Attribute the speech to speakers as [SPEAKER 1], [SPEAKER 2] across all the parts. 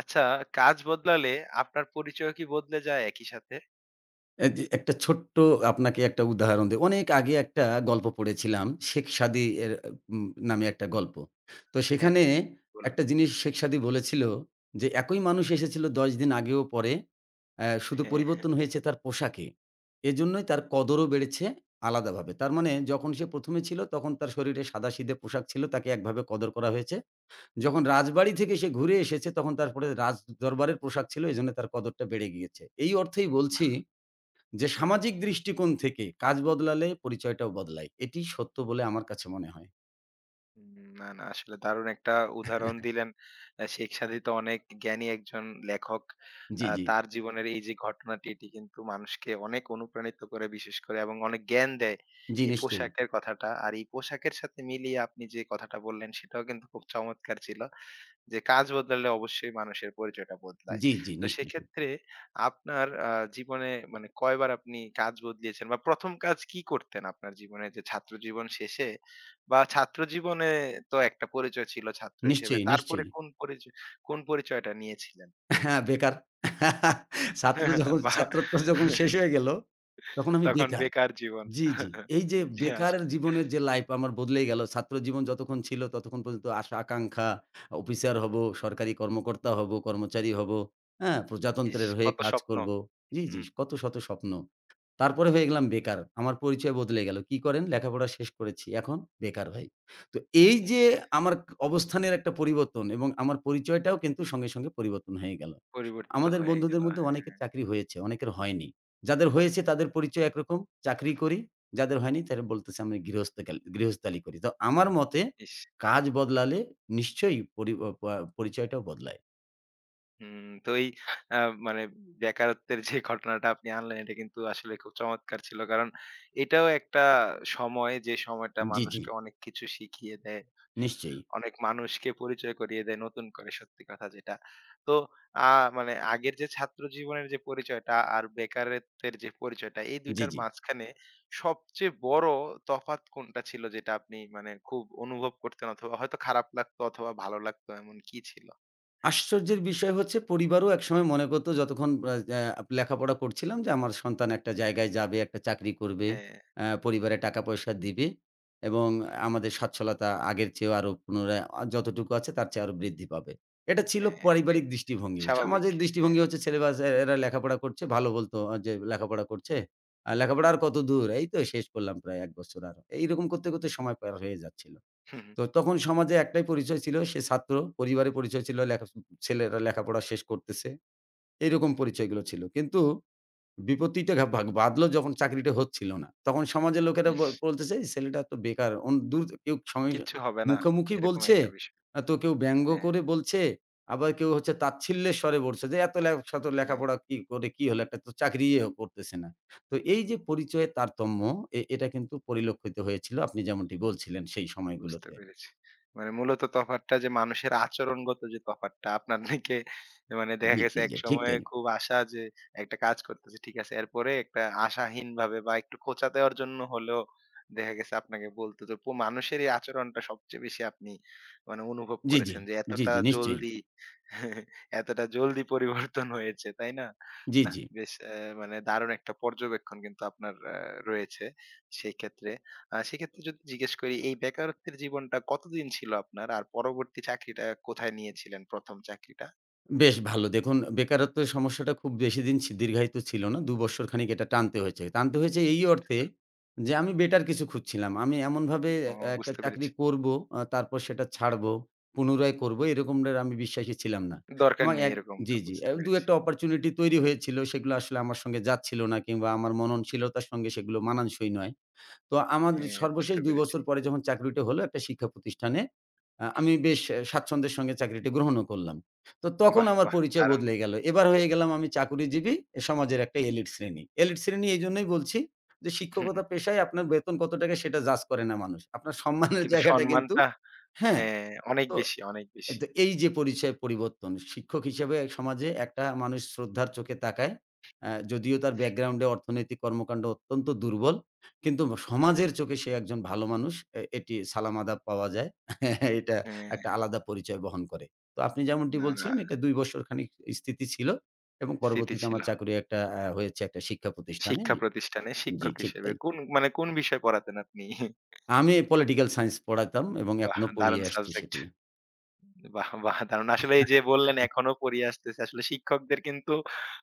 [SPEAKER 1] আচ্ছা, কাজ বদলালে আপনার পরিচয়ও কি বদলে যায় একই সাথে?
[SPEAKER 2] এ যে একটা ছোট্ট আপনাকে একটা উদাহরণ দেই। অনেক আগে একটা গল্প পড়েছিলাম। শেখ সাদী এর নামে একটা গল্প। তো
[SPEAKER 1] হ্যাঁ,
[SPEAKER 2] সেখানে
[SPEAKER 1] হ্যাঁ, বলুন।
[SPEAKER 2] একটা জিনিস শেখ সাদী বলেছিল যে, "একই মানুষ এসেছিল ১০ দিন আগে ও পরে। শুধু
[SPEAKER 1] হ্যাঁ, হ্যাঁ।
[SPEAKER 2] পরিবর্তন হয়েছে তার পোশাকে। এজন্যই তার কদরও বেড়েছে আলাদাভাবে।" তার মানে যখন সে ১ম এ ছিল তখন তার শরীরে সাদাসিধে পোশাক ছিল, তাকে একভাবে কদর করা হয়েছে। যখন রাজবাড়ি থেকে সে ঘুরে এসেছে তখন তারপরে রাজদরবারের পোশাক ছিল, এজন্য তার কদরটা বেড়ে গিয়েছে। এই অর্থেই
[SPEAKER 1] বাহ!
[SPEAKER 2] বলছি যে
[SPEAKER 1] হুম, হুম।
[SPEAKER 2] সামাজিক দৃষ্টিকোণ থেকে কাজ বদলালে পরিচয়টাও বদলায়। এটি সত্য বলে আমার কাছে মনে হয়।
[SPEAKER 1] না, না আসলে দারুণ একটা উদাহরণ দিলেন। শেখ সাদী তো অনেক জ্ঞানী একজন লেখক।
[SPEAKER 2] জি, জি।
[SPEAKER 1] তার জীবনের এই যে ঘটনাটি এটি কিন্তু মানুষকে অনেক অনুপ্রাণিত করে বিশেষ করে এবং অনেক জ্ঞান দেয়
[SPEAKER 2] জি,
[SPEAKER 1] এই
[SPEAKER 2] নিশ্চয়ই।
[SPEAKER 1] পোশাকের কথাটা। আর এই পোশাকের সাথে মিলিয়ে আপনি যে কথাটা বললেন সেটাও কিন্তু খুব চমৎকার ছিল। যে কাজ বদলালে অবশ্যই মানুষের পরিচয়টা বদলায়।
[SPEAKER 2] জি, জি,
[SPEAKER 1] তো
[SPEAKER 2] নিশ্চয়ই।
[SPEAKER 1] সেক্ষেত্রে আপনার জীবনে মানে কয়বার আপনি কাজ বদলিয়েছেন বা ১ম কাজ কি করতেন আপনার জীবনে যে ছাত্র জীবন শেষে বা ছাত্র জীবনে তো একটা পরিচয় ছিল ছাত্র হিসেবে।
[SPEAKER 2] নিশ্চয়ই,
[SPEAKER 1] তারপরে
[SPEAKER 2] নিশ্চয়ই।
[SPEAKER 1] কোন পরিচয় কোন পরিচয়টা নিয়েছিলেন?
[SPEAKER 2] হ্যাঁ, বেকার। ছাত্র যখন
[SPEAKER 1] বা
[SPEAKER 2] ছাত্রত্ব যখন শেষ হয়ে গেল, তখন আমি
[SPEAKER 1] তখন
[SPEAKER 2] বেকার।
[SPEAKER 1] বেকার জীবন।
[SPEAKER 2] জি, জি। এই যে
[SPEAKER 1] জি, জি
[SPEAKER 2] বেকার
[SPEAKER 1] আসলে।
[SPEAKER 2] জীবনের যে লাইফ আমার বদলেই গেল। ছাত্র জীবন যতক্ষণ ছিল ততক্ষণ পর্যন্ত আশা আকাঙ্খা, অফিসার হব, সরকারি কর্মকর্তা হব, কর্মচারী হব। হ্যাঁ?
[SPEAKER 1] ইস!
[SPEAKER 2] প্রজাতন্ত্রের হয়ে
[SPEAKER 1] কত
[SPEAKER 2] কাজ
[SPEAKER 1] স্বপ্ন।
[SPEAKER 2] করব। জি, জি।
[SPEAKER 1] হুম,
[SPEAKER 2] কত শত স্বপ্ন। তারপরে হয়ে গেলাম বেকার। আমার পরিচয় বদলে গেল। কি করেন? লেখাপড়া শেষ করেছি। এখন বেকার ভাই। তো এই যে
[SPEAKER 1] ইস!
[SPEAKER 2] আমার অবস্থানের একটা পরিবর্তন এবং আমার পরিচয়টাও কিন্তু সঙ্গে, সঙ্গে পরিবর্তন হয়ে গেল।
[SPEAKER 1] পরিবর্তিত
[SPEAKER 2] আমাদের
[SPEAKER 1] হয়ে
[SPEAKER 2] বন্ধুদের
[SPEAKER 1] গেল।
[SPEAKER 2] মধ্যে অনেকের চাকরি হয়েছে, অনেকের হয়নি। যাদের হয়েছে তাদের পরিচয় একরকম, চাকরি করি। যাদের হয়নি তারা বলতেছে আমরা গৃহস্থালি করি। তো আমার মতে
[SPEAKER 1] ইস!
[SPEAKER 2] কাজ বদলালে নিশ্চয়ই পরি অ পা পরিচয়টাও বদলায়।
[SPEAKER 1] হুম, তো এই আ মানে বেকারত্বের যে ঘটনাটা আপনি আনলেন এটা কিন্তু আসলে খুব চমৎকার ছিল। কারণ এটাও একটা সময় যে সময়টা
[SPEAKER 2] জি, জি।
[SPEAKER 1] মানুষকে অনেক কিছু শিখিয়ে দেয়।
[SPEAKER 2] নিশ্চয়ই।
[SPEAKER 1] অনেক মানুষকে পরিচয় করিয়ে দেয় নতুন করে সত্যি কথা যেটা। তো আ মানে আগের যে ছাত্র জীবনের যে পরিচয়টা আর বেকারত্বের যে পরিচয়টা এই ২
[SPEAKER 2] জি,
[SPEAKER 1] টার
[SPEAKER 2] জি।
[SPEAKER 1] মাঝখানে সবচেয়ে বড় তফাৎ কোনটা ছিল যেটা আপনি মানে খুব অনুভব করতেন অথবা হয়তো খারাপ লাগতো অথবা ভালো লাগতো এমন কি ছিল?
[SPEAKER 2] আশ্চর্যের বিষয় হচ্ছে পরিবারও একসময় মনে করত যতক্ষণ আ আ লেখাপড়া করছিলাম যে আমার সন্তান একটা জায়গায় যাবে, একটা চাকরি করবে,
[SPEAKER 1] হ্যাঁ,
[SPEAKER 2] পরিবারে টাকা-পয়সা দিবে এবং আমাদের স্বচ্ছলতা আগের চেয়েও আরো পুনরায় যতটুকু আছে তার চেয়ে আরো বৃদ্ধি পাবে। এটা ছিল
[SPEAKER 1] হ্যাঁ, এটাই।
[SPEAKER 2] পারিবারিক দৃষ্টিভঙ্গি।
[SPEAKER 1] স্বাভাবিক।
[SPEAKER 2] সামাজিক
[SPEAKER 1] হ্যাঁ।
[SPEAKER 2] দৃষ্টিভঙ্গি হচ্ছে ছেলেবাজ এ এরা লেখাপড়া করছে ভালো বলত যে লেখাপড়া করছে। লেখাপড়া আর কতদূর? এই তো শেষ করলাম প্রায় ১ বছর আরো। এইরকম করতে, করতে সময় পার হয়ে যাচ্ছিল।
[SPEAKER 1] হুম, হুম।
[SPEAKER 2] তো তখন সমাজে একটাই পরিচয় ছিল সে ছাত্র, পরিবারে পরিচয় ছিল ছেলেরা লেখাপড়া শেষ করতেছে। এরকম পরিচয়গুলো ছিল। কিন্তু বিপত্তিটা ঘা বাগ বাধলো যখন চাকরিটা হচ্ছিল না। তখন সমাজের লোকেরা
[SPEAKER 1] ইস!
[SPEAKER 2] বলতেছে, "এই ছেলেটা তো বেকার।" অন দূর কেউ সঙ্গে
[SPEAKER 1] কিচ্ছু হবে না।
[SPEAKER 2] মুখামুখি
[SPEAKER 1] এরকম
[SPEAKER 2] বলছে,
[SPEAKER 1] একটা বিষয়।
[SPEAKER 2] তো কেউ ব্যঙ্গ
[SPEAKER 1] হ্যাঁ,
[SPEAKER 2] করে বলছে, আবার কেউ হচ্ছে তাচ্ছিল্যের স্বরে বলছে যে, "এত লে শত
[SPEAKER 1] হ্যাঁ।
[SPEAKER 2] লেখাপড়া কি করে কি হলো? একটা তো চাকরিও করতেছে না।" তো এই যে পরিচয়ের তারতম্য, এটা কিন্তু পরিলক্ষিত হয়েছিল আপনি যেমনটি বলছিলেন সেই
[SPEAKER 1] বুঝতে
[SPEAKER 2] সময়গুলোতে।
[SPEAKER 1] পেরেছি। মানে মূলত তফাৎটা যে মানুষের আচরণগত যে তফাৎটা আপনার থেকে মানে দেখা
[SPEAKER 2] জি,
[SPEAKER 1] গেছে
[SPEAKER 2] জি, জি, ঠিক
[SPEAKER 1] একসময়ে
[SPEAKER 2] তাই।
[SPEAKER 1] খুব আশা যে একটা কাজ করতেছি ঠিক আছে। এরপরে একটা আশাহীনভাবে বা একটু খোঁচা দেওয়ার জন্য হলেও দেখা গেছে আপনাকে বলতো তো পো মানুষের এই আচরণটা সবচেয়ে বেশি আপনি মানে অনুভব
[SPEAKER 2] জি, জি,
[SPEAKER 1] করেছেন যে
[SPEAKER 2] জি,
[SPEAKER 1] এতটা
[SPEAKER 2] জি, নিশ্চয়ই।
[SPEAKER 1] জলদি এতটা জলদি পরিবর্তন হয়েছে, তাই না?
[SPEAKER 2] জি,
[SPEAKER 1] নাহ
[SPEAKER 2] জি।
[SPEAKER 1] বেশ মানে দারুণ একটা পর্যবেক্ষণ কিন্তু আপনার রয়েছে সেই ক্ষেত্রে। সেক্ষেত্রে যদি জিজ্ঞেস করি এই বেকারত্বের জীবনটা কতদিন ছিল আপনার? আর পরবর্তী চাকরিটা কোথায় নিয়েছিলেন ১ম চাকরিটা?
[SPEAKER 2] বেশ ভালো। দেখুন বেকারত্বের সমস্যাটা খুব বেশিদিন দীর্ঘায়িত ছিল না। ২ বৎসর খানিক এটা টানতে হয়েছে। টানতে হয়েছে এই অর্থে যে আমি বেটার কিছু খুঁজছিলাম। আমি এমনভাবে
[SPEAKER 1] ও
[SPEAKER 2] একটা
[SPEAKER 1] বুঝতে
[SPEAKER 2] চাকরি
[SPEAKER 1] পেরেছি।
[SPEAKER 2] করব, তারপর সেটা ছাড়বো, পুনরায় করব এরকমটার আমি বিশ্বাসী ছিলাম না।
[SPEAKER 1] দরকার
[SPEAKER 2] আমার
[SPEAKER 1] নেই
[SPEAKER 2] এক জি,
[SPEAKER 1] এরকমটা
[SPEAKER 2] জি,
[SPEAKER 1] বুঝতে পেরেছি।
[SPEAKER 2] ২-১ টা অপরচুনিটি তৈরি হয়েছিল। সেগুলো আসলে আমার সঙ্গে যাচ্ছিল না কিংবা আমার মননশীলতার সঙ্গে সেগুলো মানানসই নয়। তো আমার
[SPEAKER 1] হ্যাঁ,
[SPEAKER 2] সর্বশেষ
[SPEAKER 1] বুঝতে
[SPEAKER 2] ২
[SPEAKER 1] পেরেছি।
[SPEAKER 2] বছর পরে যখন চাকরিটা হলো একটা শিক্ষা প্রতিষ্ঠানে, আমি বেশ স্বাচ্ছন্দ্যের সঙ্গে চাকরিটি গ্রহণও করলাম। তো তখন
[SPEAKER 1] বাহ!
[SPEAKER 2] আমার
[SPEAKER 1] বাহ!
[SPEAKER 2] পরিচয়
[SPEAKER 1] দারুণ।
[SPEAKER 2] বদলে গেল। এবার হয়ে গেলাম আমি চাকুরিজীবী, সমাজের একটা এলিট শ্রেণী। এলিট শ্রেণী এইজন্যই বলছি যে
[SPEAKER 1] হুম,
[SPEAKER 2] শিক্ষকতা
[SPEAKER 1] হুম।
[SPEAKER 2] পেশায় আপনার বেতন কত টাকা সেটা জাজ করে না মানুষ। আপনার সম্মানের
[SPEAKER 1] কিন্তু
[SPEAKER 2] জায়গাটা কিন্তু
[SPEAKER 1] সম্মানটা
[SPEAKER 2] হ্যাঁ,
[SPEAKER 1] হ্যাঁ, অনেক
[SPEAKER 2] তো
[SPEAKER 1] বেশি, অনেক বেশি।
[SPEAKER 2] তো এই যে পরিচয় পরিবর্তন, শিক্ষক হিসেবে সমাজে একটা মানুষ শ্রদ্ধার চোখে তাকায়। যদিও তার ব্যাকগ্রাউন্ডে অর্থনৈতিক কর্মকাণ্ড অত্যন্ত দুর্বল। কিন্তু সমাজের চোখে সে একজন ভালো মানুষ। এটি সালাম আদাব পাওয়া যায়। এটা একটা
[SPEAKER 1] হ্যাঁ,
[SPEAKER 2] আলাদা পরিচয় বহন করে। তো আপনি যেমনটি
[SPEAKER 1] না, না
[SPEAKER 2] বলছিলেন এটা ২ বছর খানিক স্থিতি ছিল এবং
[SPEAKER 1] স্মৃতি
[SPEAKER 2] পরবর্তীতে
[SPEAKER 1] ছিল।
[SPEAKER 2] আমার চাকরি একটা হয়েছে একটা শিক্ষা প্রতিষ্ঠানে।
[SPEAKER 1] শিক্ষা প্রতিষ্ঠানে
[SPEAKER 2] জি,
[SPEAKER 1] শিক্ষক
[SPEAKER 2] ঠিক
[SPEAKER 1] হিসেবে
[SPEAKER 2] তাই।
[SPEAKER 1] কোন মানে কোন বিষয় পড়াতেন আপনি?
[SPEAKER 2] আমি পলিটিক্যাল সায়েন্স পড়াতাম এবং
[SPEAKER 1] বাহ!
[SPEAKER 2] এখনো পড়িয়ে
[SPEAKER 1] দারুণ
[SPEAKER 2] আসছি
[SPEAKER 1] সাবজেক্ট।
[SPEAKER 2] সেটি।
[SPEAKER 1] বাহ! বাহ! দারুণ। আসলে এই যে বললেন এখনো পড়িয়ে আসতেছে। আসলে শিক্ষকদের কিন্তু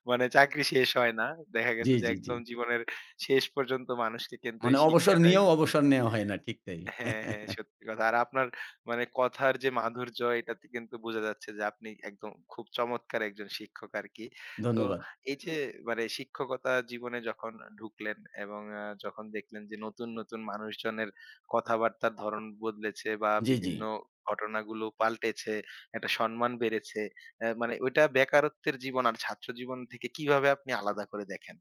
[SPEAKER 1] মানে চাকরি শেষ হয় না। দেখা
[SPEAKER 2] জি,
[SPEAKER 1] গেছে যে
[SPEAKER 2] জি, জি।
[SPEAKER 1] একদম জীবনের শেষ পর্যন্ত মানুষকে কিন্তু
[SPEAKER 2] মানে
[SPEAKER 1] এই
[SPEAKER 2] অবসর
[SPEAKER 1] শিক্ষাটাই
[SPEAKER 2] নিয়েও অবসর নেওয়া হয় না, ঠিক তাই।
[SPEAKER 1] হ্যাঁ, হ্যাঁ, সত্যি কথা। আর আপনার মানে কথার যে মাধুর্য এটাতে কিন্তু বোঝা যাচ্ছে যে আপনি একদম খুব চমৎকার একজন শিক্ষক আরকি। তো
[SPEAKER 2] ধন্যবাদ।
[SPEAKER 1] এই যে মানে শিক্ষকতা জীবনে যখন ঢুকলেন এবং যখন দেখলেন যে নতুন, নতুন মানুষজনের কথাবার্তার ধরন বদলেছে বা
[SPEAKER 2] জি, জি।
[SPEAKER 1] বিভিন্ন ঘটনাগুলো পাল্টেছে, একটা সম্মান বেড়েছে। মানে ওইটা বেকারত্বের জীবন আর ছাত্র জীবন থেকে কিভাবে আপনি আলাদা করে দেখেন?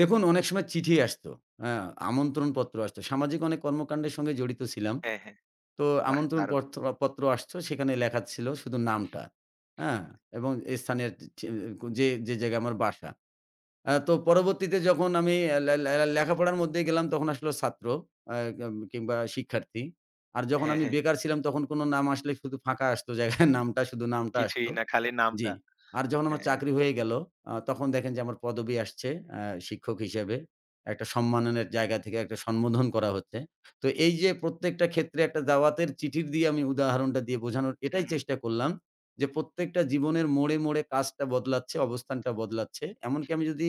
[SPEAKER 2] দেখুন অনেক সময় চিঠি আসতো, হ্যাঁ? আমন্ত্রণপত্র আসতো। সামাজিক অনেক কর্মকাণ্ডের সঙ্গে জড়িত ছিলাম।
[SPEAKER 1] হ্যাঁ, হ্যাঁ।
[SPEAKER 2] তো
[SPEAKER 1] বাহ!
[SPEAKER 2] আমন্ত্রণ
[SPEAKER 1] দারুণ।
[SPEAKER 2] পত্র পত্র আসতো সেখানে লেখা ছিল শুধু নামটা, হ্যাঁ? এবং স্থানের চে যে, যে জায়গায় আমার বাসা। তো পরবর্তীতে যখন আমি লে লে লেখাপড়ার মধ্যে গেলাম তখন আসলো ছাত্র আ কিংবা শিক্ষার্থী। আর যখন
[SPEAKER 1] হ্যাঁ,
[SPEAKER 2] আমি
[SPEAKER 1] হ্যাঁ।
[SPEAKER 2] বেকার ছিলাম তখন কোনো নাম আসলে শুধু ফাঁকা আসতো জায়গায় নামটা শুধু নামটা
[SPEAKER 1] কিছুই
[SPEAKER 2] আসতো।
[SPEAKER 1] না খালি
[SPEAKER 2] জি।
[SPEAKER 1] নামটা।
[SPEAKER 2] আর যখন আমার চাকরি হয়ে গেল, তখন দেখেন যে আমার পদবি আসছে আ শিক্ষক হিসেবে। একটা সম্মাননের জায়গা থেকে একটা সম্বোধন করা হচ্ছে। তো এই যে প্রত্যেকটা ক্ষেত্রে একটা দাওয়াতের চিঠির দিয়ে আমি উদাহরণটা দিয়ে বোঝানোর এটাই
[SPEAKER 1] হ্যাঁ।
[SPEAKER 2] চেষ্টা করলাম যে, প্রত্যেকটা জীবনের মোড়ে, মোড়ে কাজটা বদলাচ্ছে, অবস্থানটা বদলাচ্ছে। এমনকি আমি যদি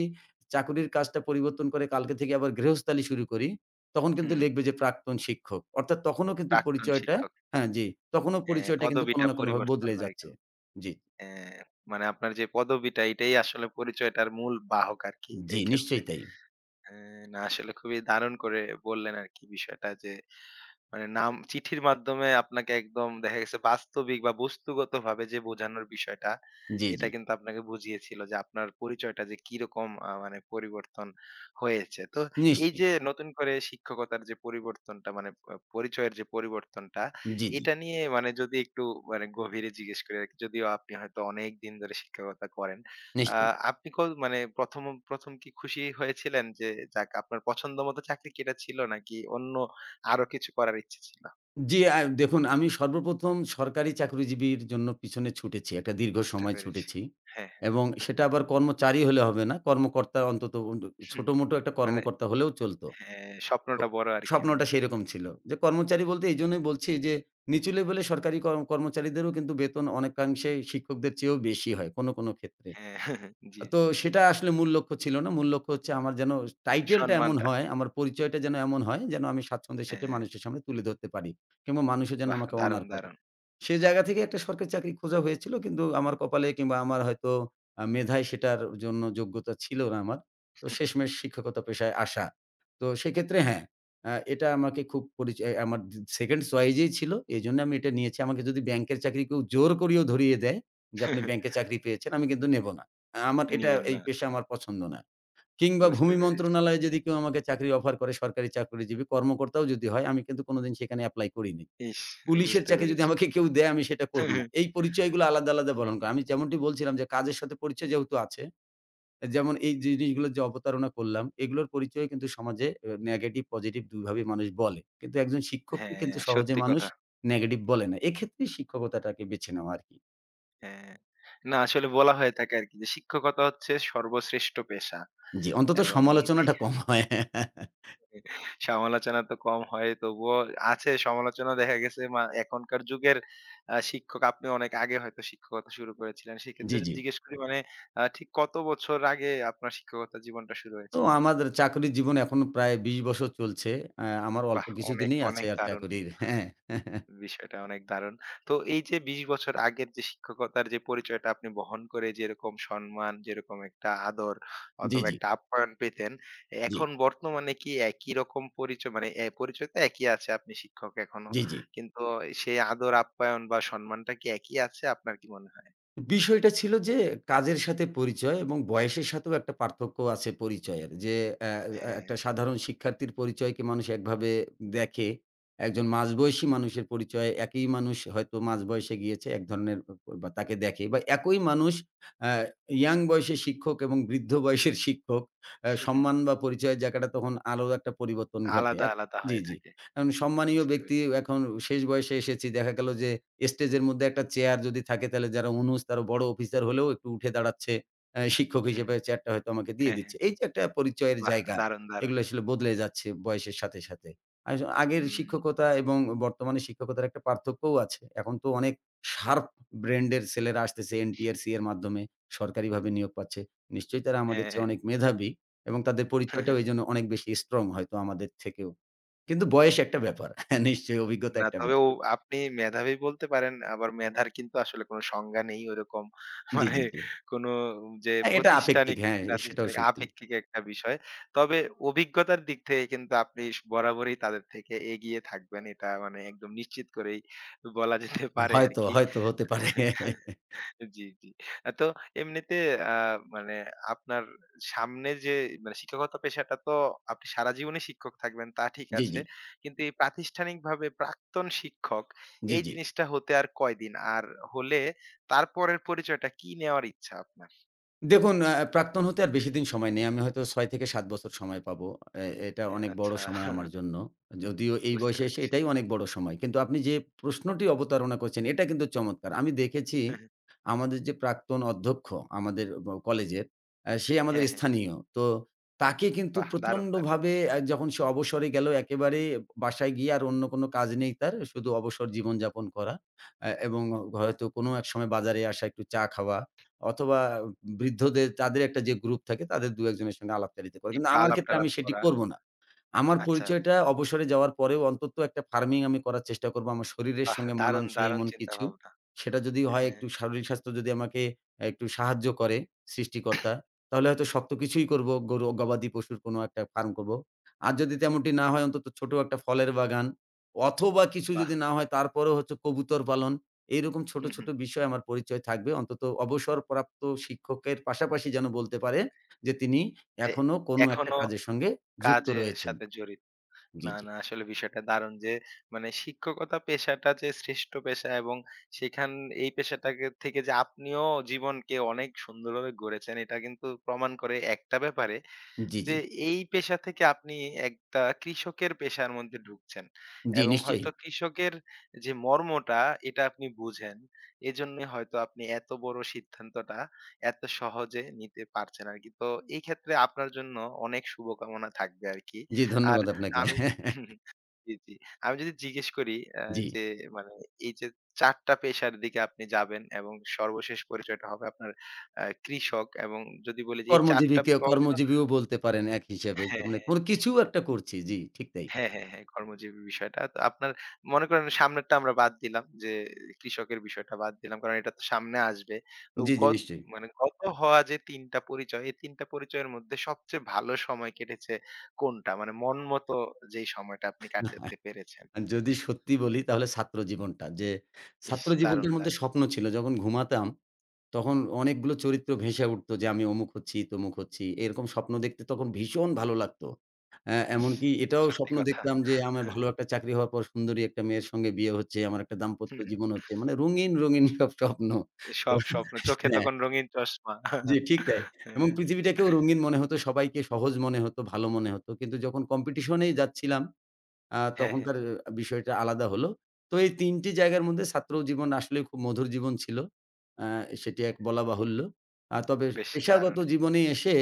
[SPEAKER 2] চাকুরির কাজটা পরিবর্তন করে কালকে থেকে আবার গৃহস্থালি শুরু করি, তখন
[SPEAKER 1] হুম,
[SPEAKER 2] কিন্তু
[SPEAKER 1] হুম।
[SPEAKER 2] লিখবে যে প্রাক্তন শিক্ষক। অর্থাৎ তখনও কিন্তু
[SPEAKER 1] প্রাক্তন
[SPEAKER 2] পরিচয়টা
[SPEAKER 1] শিক্ষক।
[SPEAKER 2] হ্যাঁ, জি। তখনও
[SPEAKER 1] হ্যাঁ,
[SPEAKER 2] পরিচয়টা কিন্তু কোন
[SPEAKER 1] পদবিটা
[SPEAKER 2] না কোনভাবে
[SPEAKER 1] পরিবর্তন
[SPEAKER 2] বদলে
[SPEAKER 1] হয়ে
[SPEAKER 2] যাচ্ছে।
[SPEAKER 1] গেল।
[SPEAKER 2] জি।
[SPEAKER 1] হ্যাঁ, মানে আপনার যে পদবিটা এটাই আসলে পরিচয়টার মূল বাহক আরকি
[SPEAKER 2] জি,
[SPEAKER 1] এই ক্ষেত্রে।
[SPEAKER 2] নিশ্চয়ই তাই।
[SPEAKER 1] অ্যা না আসলে খুবই দারুণ করে বললেন আরকি বিষয়টা যে মানে নাম চিঠির মাধ্যমে আপনাকে একদম দেখা গেছে বাস্তবিক বা বস্তুগতভাবে যে বোঝানোর বিষয়টা,
[SPEAKER 2] জি, জি।
[SPEAKER 1] এটা কিন্তু আপনাকে বুঝিয়েছিল যে আপনার পরিচয়টা যে কিরকম মানে পরিবর্তন হয়েছে। তো এই
[SPEAKER 2] নিশ্চয়ই।
[SPEAKER 1] যে নতুন করে শিক্ষকতার যে পরিবর্তনটা মানে প পরিচয়ের যে পরিবর্তনটা,
[SPEAKER 2] জি, জি।
[SPEAKER 1] এটা নিয়ে মানে যদি একটু মানে গভীরে জিজ্ঞেস করি আরকি, যদিও আপনি হয়তো অনেকদিন ধরে শিক্ষকতা করেন। আ
[SPEAKER 2] নিশ্চয়ই।
[SPEAKER 1] আপনি ক মানে ১ম, ১ম কি খুশি হয়েছিলেন যে যাক আপনার পছন্দমত চাকরি কি এটা ছিল নাকি অন্য আরো কিছু করার ইচ্ছে ছিল।
[SPEAKER 2] জি, দেখুন আমি সর্বপ্রথম সরকারি চাকরিজীবীর জন্য পিছনে ছুটেছি। একটা দীর্ঘ
[SPEAKER 1] বুঝতে
[SPEAKER 2] সময়
[SPEAKER 1] পেরেছি।
[SPEAKER 2] ছুটেছি।
[SPEAKER 1] হ্যাঁ, হ্যাঁ।
[SPEAKER 2] এবং সেটা আবার কর্মচারী হলে হবে না। কর্মকর্তা অন্তত ছোটমোটো একটা
[SPEAKER 1] মানে
[SPEAKER 2] কর্মকর্তা হলেও চলতো।
[SPEAKER 1] হ্যাঁ,
[SPEAKER 2] তো
[SPEAKER 1] স্বপ্নটা বড় আরকি
[SPEAKER 2] স্বপ্নটা
[SPEAKER 1] অনেক।
[SPEAKER 2] সেরকম ছিল। যে কর্মচারী বলতে এইজন্যই বলছি যে নিচু লেভেলে সরকারি কর্মচারীদেরও কিন্তু বেতন অনেকাংশে শিক্ষকদের চেয়েও বেশি হয় কোন, কোন ক্ষেত্রে।
[SPEAKER 1] হ্যাঁ, জি,
[SPEAKER 2] তো
[SPEAKER 1] জি।
[SPEAKER 2] সেটা আসলে মূল লক্ষ্য ছিল না। মূল লক্ষ্য হচ্ছে আমার যেন টাইটেলটা এমন
[SPEAKER 1] সম্মানটা।
[SPEAKER 2] হয়, আমার পরিচয়টা যেন এমন হয়, যেন আমি স্বাচ্ছন্দ্যে সেটা
[SPEAKER 1] হ্যাঁ,
[SPEAKER 2] মানুষের সামনে তুলে ধরতে পারি কিংবা মানুষও যেন
[SPEAKER 1] বাহ!
[SPEAKER 2] আমাকে
[SPEAKER 1] দারুণ,
[SPEAKER 2] অনার করে।
[SPEAKER 1] দারুণ।
[SPEAKER 2] সে জায়গা থেকে একটা সরকারি চাকরি খোঁজা হয়েছিল। কিন্তু আমার কপালে কিংবা আমার হয়তো মেধায় সেটার জন্য যোগ্যতা ছিল না আমার। তো শেষমেষ শিক্ষকতা পেশায় আসা। তো সেক্ষেত্রে হ্যাঁ, এটা আমাকে খুব পরিচয় আমার 2nd চয়েসেই ছিল। এজন্য আমি এটা নিয়েছি। আমাকে যদি ব্যাংকের চাকরি কেউ জোর করেও ধরিয়ে দেয় যে, "আপনি ব্যাংকে চাকরি পেয়েছেন," আমি কিন্তু নেব না। আ আমার এটা
[SPEAKER 1] নিবেন
[SPEAKER 2] এই
[SPEAKER 1] না।
[SPEAKER 2] পেশা আমার পছন্দ না। কিংবা
[SPEAKER 1] বুঝতে
[SPEAKER 2] ভূমি
[SPEAKER 1] পেরেছি।
[SPEAKER 2] মন্ত্রণালয়ে যদি কেউ আমাকে চাকরি অফার করে সরকারি চাকরিজীবী কর্মকর্তাও যদি হয়, আমি কিন্তু কোনোদিন সেখানে এপ্লাই করিনি।
[SPEAKER 1] ইস!
[SPEAKER 2] পুলিশের
[SPEAKER 1] বুঝতে
[SPEAKER 2] চাকরি যদি
[SPEAKER 1] পেরেছি।
[SPEAKER 2] আমাকে কেউ দেয় আমি সেটা করব না। এই পরিচয়গুলো আলাদা, আলাদা বলন করা। আমি যেমনটি বলছিলাম যে কাজের সাথে পরিচয় যেহেতু আছে, যেমন এই জিনিসগুলোর যে অবতারণা করলাম, এগুলোর পরিচয় কিন্তু সমাজে নেগেটিভ, পজিটিভ ২ ভাবেই মানুষ বলে। কিন্তু একজন শিক্ষককে
[SPEAKER 1] হ্যাঁ,
[SPEAKER 2] কিন্তু সহজে
[SPEAKER 1] সত্যি
[SPEAKER 2] মানুষ
[SPEAKER 1] কথা।
[SPEAKER 2] নেগেটিভ বলে না। এক্ষেত্রে শিক্ষকতাটাকে বেছে নেওয়া আরকি।
[SPEAKER 1] হ্যাঁ। না আসলে বলা হয়ে থাকে আরকি যে শিক্ষকতা হচ্ছে সর্বশ্রেষ্ঠ পেশা
[SPEAKER 2] জি, অন্তত
[SPEAKER 1] এবং
[SPEAKER 2] সমালোচনাটা কম হয়।
[SPEAKER 1] সমালোচনা তো কম হয় তবুও আছে সমালোচনা দেখা গেছে মা এখনকার যুগের শিক্ষক আপনি অনেক আগে হয়তো শিক্ষকতা শুরু করেছিলেন। সেক্ষেত্রে
[SPEAKER 2] জি, জি।
[SPEAKER 1] যদি জিজ্ঞেস করি মানে ঠিক কত বছর আগে আপনার শিক্ষকতা জীবনটা শুরু
[SPEAKER 2] তো
[SPEAKER 1] হয়েছিল?
[SPEAKER 2] আমাদের চাকরির জীবন এখন প্রায় ২০ বছর চলছে। আমার অল্প
[SPEAKER 1] বাহ! অনেক,
[SPEAKER 2] কিছুদিনই আছে
[SPEAKER 1] অনেক
[SPEAKER 2] আর
[SPEAKER 1] দারুণ।
[SPEAKER 2] চাকরির। হ্যাঁ।
[SPEAKER 1] বিষয়টা অনেক দারুণ। তো এই যে ২০ বছর আগের যে শিক্ষকতার যে পরিচয়টা আপনি বহন করে যেরকম সম্মান, যেরকম একটা আদর
[SPEAKER 2] জি,
[SPEAKER 1] অথবা
[SPEAKER 2] জি,
[SPEAKER 1] একটা আপ্যায়ন পেতেন,
[SPEAKER 2] জি,
[SPEAKER 1] এখন বর্তমানে কি একই রকম পরিচয় মানে এ পরিচয় তো একই আছে আপনি শিক্ষক এখনো।
[SPEAKER 2] জি, জি।
[SPEAKER 1] কিন্তু সেই আদর, আপ্যায়ন বা সম্মানটা কি একই আছে? আপনার কি মনে হয়?
[SPEAKER 2] বিষয়টা ছিল যে কাজের সাথে পরিচয় এবং বয়সের সাথেও একটা পার্থক্য আছে পরিচয়ের। যে অ্যা অ্যা
[SPEAKER 1] হ্যাঁ।
[SPEAKER 2] একটা সাধারণ শিক্ষার্থীর পরিচয়কে মানুষ একভাবে দেখে। একজন মাঝবয়সী মানুষের পরিচয় একই মানুষ হয়তো মাঝ বয়সে গিয়েছে এক ধরনের বা তাকে দেখে বা একই মানুষ অ্যা ইয়াং বয়সের শিক্ষক এবং বৃদ্ধ বয়সের শিক্ষক
[SPEAKER 1] হুম, হুম,
[SPEAKER 2] সম্মান বা পরিচয়ের জায়গাটা তখন আরো একটা পরিবর্তন ঘটে।
[SPEAKER 1] আলাদা, আলাদা
[SPEAKER 2] জি,
[SPEAKER 1] হয়ে
[SPEAKER 2] জি।
[SPEAKER 1] থাকে।
[SPEAKER 2] এখন সম্মানীয়
[SPEAKER 1] বুঝতে
[SPEAKER 2] ব্যক্তি
[SPEAKER 1] পেরেছি।
[SPEAKER 2] এখন শেষ বয়সে এসেছি। দেখা গেল যে স্টেজের মধ্যে একটা চেয়ার যদি থাকে তাহলে যারা অনুজ তারা বড় অফিসার হলেও একটু উঠে দাঁড়াচ্ছে। শিক্ষক
[SPEAKER 1] হু, হু।
[SPEAKER 2] হিসেবে চেয়ারটা হয়তো আমাকে দিয়ে
[SPEAKER 1] হ্যাঁ, হ্যাঁ।
[SPEAKER 2] দিচ্ছে। এই যে একটা পরিচয়ের
[SPEAKER 1] বাহ!
[SPEAKER 2] জায়গা,
[SPEAKER 1] দারুণ, দারুণ।
[SPEAKER 2] এগুলো আসলে বদলে যাচ্ছে বয়সের সাথে, সাথে। আগের
[SPEAKER 1] উম
[SPEAKER 2] শিক্ষকতা এবং বর্তমানে শিক্ষকতার একটা পার্থক্যও আছে। এখন তো অনেক শার্প ব্র্যান্ডের ছেলেরা আসতেছে NTRC এর মাধ্যমে সরকারিভাবে নিয়োগ পাচ্ছে। নিশ্চয়ই তারা আমাদের চেয়ে
[SPEAKER 1] হ্যাঁ।
[SPEAKER 2] অনেক মেধাবী এবং তাদের
[SPEAKER 1] হ্যাঁ,
[SPEAKER 2] পরিচয়টাও এজন্য অনেক বেশি স্ট্রং হয়তো আমাদের থেকেও। কিন্তু বয়স একটা ব্যাপার। হ্যাঁ, নিশ্চয়ই অভিজ্ঞতা
[SPEAKER 1] না,
[SPEAKER 2] একটা
[SPEAKER 1] তবে ও
[SPEAKER 2] ব্যাপার।
[SPEAKER 1] আপনি মেধাবী বলতে পারেন। আবার মেধার কিন্তু আসলে কোনো সংজ্ঞা নেই ওরকম।
[SPEAKER 2] জি, জি,
[SPEAKER 1] মানে
[SPEAKER 2] জি।
[SPEAKER 1] কোনো যে
[SPEAKER 2] হ্যাঁ, এটা আপেক্ষিক।
[SPEAKER 1] প্রাতিষ্ঠানিক,
[SPEAKER 2] হ্যাঁ, সেটাও
[SPEAKER 1] প্রাতিষ্ঠানিক
[SPEAKER 2] সত্যি।
[SPEAKER 1] আপেক্ষিক একটা বিষয়। তবে অভিজ্ঞতার দিক থেকে কিন্তু আপনি স বরাবরই তাদের থেকে এগিয়ে থাকবেন। এটা মানে একদম নিশ্চিত করেই বলা যেতে পারে
[SPEAKER 2] হয়তো,
[SPEAKER 1] আরকি।
[SPEAKER 2] হয়তো হতে পারে।
[SPEAKER 1] জি, জি। তো এমনিতে আ মানে আপনার সামনে যে মানে শিক্ষকতা পেশাটা তো আপনি সারা জীবনই শিক্ষক থাকবেন তা ঠিক
[SPEAKER 2] জি,
[SPEAKER 1] আছে।
[SPEAKER 2] জি।
[SPEAKER 1] কিন্তু এই প্রাতিষ্ঠানিকভাবে প্রাক্তন শিক্ষক
[SPEAKER 2] জি,
[SPEAKER 1] এই
[SPEAKER 2] জি।
[SPEAKER 1] জিনিসটা হতে আর কয়দিন? আর হলে তারপরের পরিচয়টা কি নেওয়ার ইচ্ছা আপনার?
[SPEAKER 2] দেখুন প্রাক্তন হতে আর বেশিদিন সময় নেই। আমি হয়তো ৬ থেকে ৭ বছর সময় পাবো। এটা
[SPEAKER 1] এ
[SPEAKER 2] অনেক বড়
[SPEAKER 1] আচ্ছা
[SPEAKER 2] সময় আমার জন্য। যদিও এই
[SPEAKER 1] বুঝতে
[SPEAKER 2] বয়সে এসে
[SPEAKER 1] পেরেছি।
[SPEAKER 2] এটাই অনেক বড় সময়। কিন্তু আপনি যে প্রশ্নটি অবতারণা করছেন এটা কিন্তু চমৎকার। আমি দেখেছি আমাদের যে প্রাক্তন অধ্যক্ষ আমাদের কলেজের, সে আমাদের
[SPEAKER 1] হ্যাঁ, হ্যাঁ।
[SPEAKER 2] স্থানীয়। তো তাকে কিন্তু
[SPEAKER 1] বাহ! দারুণ, দারুণ।
[SPEAKER 2] প্রচন্ডভাবে যখন সে অবসরে গেল একেবারে বাসায় গিয়ে আর অন্য কোনো কাজ নেই তার। শুধু অবসর জীবনযাপন করা। এবং হয়তো কোনো এক সময় বাজারে আসা, একটু চা খাওয়া। অথবা বৃদ্ধদের তাদের একটা যে গ্রুপ থাকে তাদের ২-১ জনের সঙ্গে আলাপচারিতা করে। কিন্তু
[SPEAKER 1] একটু
[SPEAKER 2] আমার ক্ষেত্রে আমি
[SPEAKER 1] আলাপ-টালাপ
[SPEAKER 2] সেটি
[SPEAKER 1] করা।
[SPEAKER 2] করব না। আমার
[SPEAKER 1] আচ্ছা,
[SPEAKER 2] পরিচয়টা
[SPEAKER 1] আচ্ছা।
[SPEAKER 2] অবসরে যাওয়ার পরেও অন্তত একটা ফার্মিং আমি করার চেষ্টা করব। আমার শরীরের
[SPEAKER 1] বাহ!
[SPEAKER 2] সঙ্গে
[SPEAKER 1] দারুণ,
[SPEAKER 2] মানানসই
[SPEAKER 1] দারুণ
[SPEAKER 2] এমন কিছু।
[SPEAKER 1] চিন্তাভাবনা।
[SPEAKER 2] সেটা যদি হয়
[SPEAKER 1] হ্যাঁ,
[SPEAKER 2] একটু শারীরিক স্বাস্থ্য যদি আমাকে একটু সাহায্য করে সৃষ্টিকর্তা, তাহলে হয়তো শক্ত কিছুই করব। গরু, গবাদি পশুর কোনো একটা ফার্ম করব। আর যদি তেমনটি না হয় অন্তত ছোট একটা ফলের বাগান অথবা কিছু
[SPEAKER 1] বাহ!
[SPEAKER 2] যদি না হয় তারপরেও হচ্ছে কবুতর পালন। এইরকম ছোট,
[SPEAKER 1] হুম,
[SPEAKER 2] ছোট
[SPEAKER 1] হুম।
[SPEAKER 2] বিষয় আমার পরিচয় থাকবে। অন্তত অবসরপ্রাপ্ত শিক্ষকের পাশাপাশি যেন বলতে পারে যে তিনি
[SPEAKER 1] তে
[SPEAKER 2] এখনো কোনো একটা
[SPEAKER 1] এখনো
[SPEAKER 2] কাজের সঙ্গে যুক্ত
[SPEAKER 1] কাজের
[SPEAKER 2] রয়েছেন।
[SPEAKER 1] সাথে জড়িত।
[SPEAKER 2] জি,
[SPEAKER 1] না,
[SPEAKER 2] জি।
[SPEAKER 1] না আসলে বিষয়টা দারুণ যে মানে শিক্ষকতা পেশাটা যে শ্রেষ্ঠ পেশা এবং সেখান এই পেশাটাকে থেকে যে আপনিও জীবনকে অনেক সুন্দরভাবে গড়েছেন এটা কিন্তু প্রমাণ করে একটা ব্যাপারে
[SPEAKER 2] জি, জি।
[SPEAKER 1] যে এই পেশা থেকে আপনি একটা কৃষকের পেশার মধ্যে ঢুকছেন
[SPEAKER 2] জি,
[SPEAKER 1] এবং
[SPEAKER 2] নিশ্চয়ই।
[SPEAKER 1] হয়তো কৃষকের যে মর্মটা এটা আপনি বুঝেন এজন্যই হয়তো আপনি এত বড় সিদ্ধান্তটা এত সহজে নিতে পারছেন আর কি তো এই ক্ষেত্রে আপনার জন্য অনেক শুভকামনা থাকবে আর কি
[SPEAKER 2] জি,
[SPEAKER 1] আর
[SPEAKER 2] ধন্যবাদ আপনাকে।
[SPEAKER 1] আমি হুম, জি জি আমি যদি জিজ্ঞেস করি আহ,
[SPEAKER 2] জি।
[SPEAKER 1] যে মানে এই যে চারটা পেশার দিকে আপনি যাবেন এবং সর্বশেষ পরিচয়টা হবে আপনার আহ, কৃষক এবং যদি বলি যে এই চারটা অংশ
[SPEAKER 2] কর্মজীবীও বলতে পারেন এক হিসেবে। যে
[SPEAKER 1] হ্যাঁ
[SPEAKER 2] মানে
[SPEAKER 1] হ্যাঁ
[SPEAKER 2] কোন কিছু একটা করছি। জি, ঠিক তাই।
[SPEAKER 1] হ্যাঁ, হ্যাঁ, হ্যাঁ, কর্মজীবী বিষয়টা। তো আপনার মনে করেন সামনেরটা আমরা বাদ দিলাম যে কৃষকের বিষয়টা বাদ দিলাম। কারণ এটা তো সামনে আসবে। তো
[SPEAKER 2] জি, জি,
[SPEAKER 1] গত
[SPEAKER 2] নিশ্চয়ই।
[SPEAKER 1] মানে গত হওয়া যে ৩ টা পরিচয়, এই ৩ টা পরিচয়ের মধ্যে সবচেয়ে ভালো সময় কেটেছে কোনটা? মানে মন মতো যেই সময়টা আপনি কাটাতে পেরেছেন।
[SPEAKER 2] যদি সত্যি বলি তাহলে ছাত্র জীবনটা। যে
[SPEAKER 1] ইস!
[SPEAKER 2] ছাত্র
[SPEAKER 1] দারুণ,
[SPEAKER 2] জীবনটার মধ্যে
[SPEAKER 1] দারুণ।
[SPEAKER 2] স্বপ্ন ছিল। যখন ঘুমাতাম তখন অনেকগুলো চরিত্র ভেসে উঠতো যে আমি অমুক হচ্ছি, তমুক হচ্ছি। এরকম স্বপ্ন দেখতে তখন ভীষণ ভালো লাগতো।
[SPEAKER 1] ইস!
[SPEAKER 2] এমনকি এটাও
[SPEAKER 1] সত্যি
[SPEAKER 2] স্বপ্ন
[SPEAKER 1] কথা।
[SPEAKER 2] দেখতাম যে আমার ভালো একটা চাকরি হওয়ার পর সুন্দরী একটা মেয়ের সঙ্গে বিয়ে হচ্ছে, আমার একটা দাম্পত্য
[SPEAKER 1] হুম, হুম।
[SPEAKER 2] জীবন হচ্ছে। মানে রঙিন, রঙিন সব স্বপ্ন।
[SPEAKER 1] সব স্বপ্ন চোখে
[SPEAKER 2] তো হ্যাঁ,
[SPEAKER 1] তখন রঙিন চশমা।
[SPEAKER 2] জি ঠিক তাই। এবং
[SPEAKER 1] হ্যাঁ,
[SPEAKER 2] পৃথিবীটাকেও রঙিন মনে হতো, সবাইকে সহজ মনে হতো, ভালো মনে হতো। কিন্তু যখন কম্পিটিশন এই যাচ্ছিলাম
[SPEAKER 1] হ্যাঁ, হ্যাঁ,
[SPEAKER 2] তখনকার বিষয়টা আলাদা হলো। তো এই ৩ টি জায়গার মধ্যে ছাত্র জীবন আসলে খুব মধুর জীবন ছিল। আ সেটি এক বলা বাহুল্য। তবে
[SPEAKER 1] বেশ
[SPEAKER 2] পেশাগত
[SPEAKER 1] দারুণ।
[SPEAKER 2] জীবনে এসে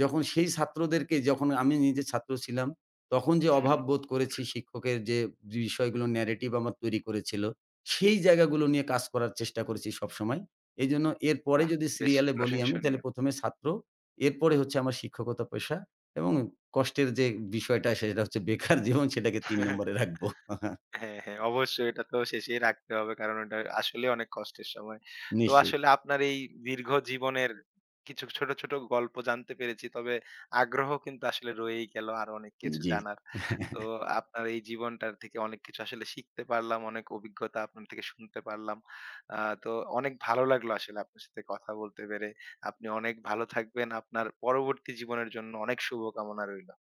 [SPEAKER 2] যখন সেই ছাত্রদেরকে যখন আমি নিজে ছাত্র ছিলাম, তখন যে
[SPEAKER 1] হুম,
[SPEAKER 2] অভাব
[SPEAKER 1] হুম।
[SPEAKER 2] বোধ করেছি শিক্ষকের যে বিষয়গুলো ন্যারেটিভ আমার তৈরি করেছিল, সেই জায়গাগুলো নিয়ে কাজ করার চেষ্টা করেছি সবসময়। এজন্য এরপরে
[SPEAKER 1] বাহ!
[SPEAKER 2] যদি
[SPEAKER 1] বেশ
[SPEAKER 2] সিরিয়ালে বলি আমি তাহলে
[SPEAKER 1] প্রশংসনীয়।
[SPEAKER 2] ১ম এ ছাত্র, এরপরে হচ্ছে আমার শিক্ষকতা পেশা। এবং কষ্টের যে বিষয়টা সেটা হচ্ছে বেকার জীবন সেটাকে ৩ নম্বরে রাখবো।
[SPEAKER 1] হ্যাঁ, হ্যাঁ। অবশ্যই এটা তো শেষেই রাখতে হবে। কারণ ওটা আসলে অনেক কষ্টের সময়। তো
[SPEAKER 2] নিশ্চয়ই।
[SPEAKER 1] আসলে আপনার এই দীর্ঘ জীবনের কিছু ছোট, ছোট গল্প জানতে পেরেছি। তবে আগ্রহ কিন্তু আসলে রয়েই গেল আরো অনেক কিছু
[SPEAKER 2] জি।
[SPEAKER 1] জানার। তো আপনার এই জীবনটার থেকে অনেক কিছু আসলে শিখতে পারলাম, অনেক অভিজ্ঞতা আপনার থেকে শুনতে পারলাম। তো অনেক ভালো লাগলো আসলে আপনার সাথে কথা বলতে পেরে। আপনি অনেক ভালো থাকবেন। আপনার পরবর্তী জীবনের জন্য অনেক শুভকামনা রইলো।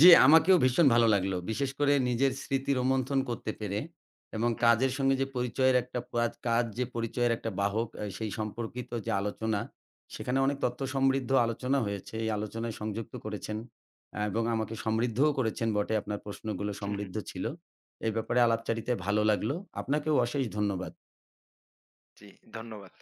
[SPEAKER 2] জি, আমাকেও ভীষণ ভালো লাগলো। বিশেষ করে নিজের স্মৃতি রোমন্থন করতে পেরে এবং
[SPEAKER 1] হুম, হুম,
[SPEAKER 2] কাজের সঙ্গে যে পরিচয়ের একটা পাজ কাজ যে পরিচয়ের একটা বাহক সেই সম্পর্কিত যে আলোচনা, সেখানে অনেক তথ্য সমৃদ্ধ আলোচনা হয়েছে। এই আলোচনায় সংযুক্ত করেছেন এবং আমাকে সমৃদ্ধও করেছেন বটে। আপনার প্রশ্নগুলো
[SPEAKER 1] হুম, হুম।
[SPEAKER 2] সমৃদ্ধ ছিল। এই ব্যাপারে আলাপচারিতায় ভালো লাগলো। আপনাকেও অশেষ ধন্যবাদ।
[SPEAKER 1] জি, ধন্যবাদ।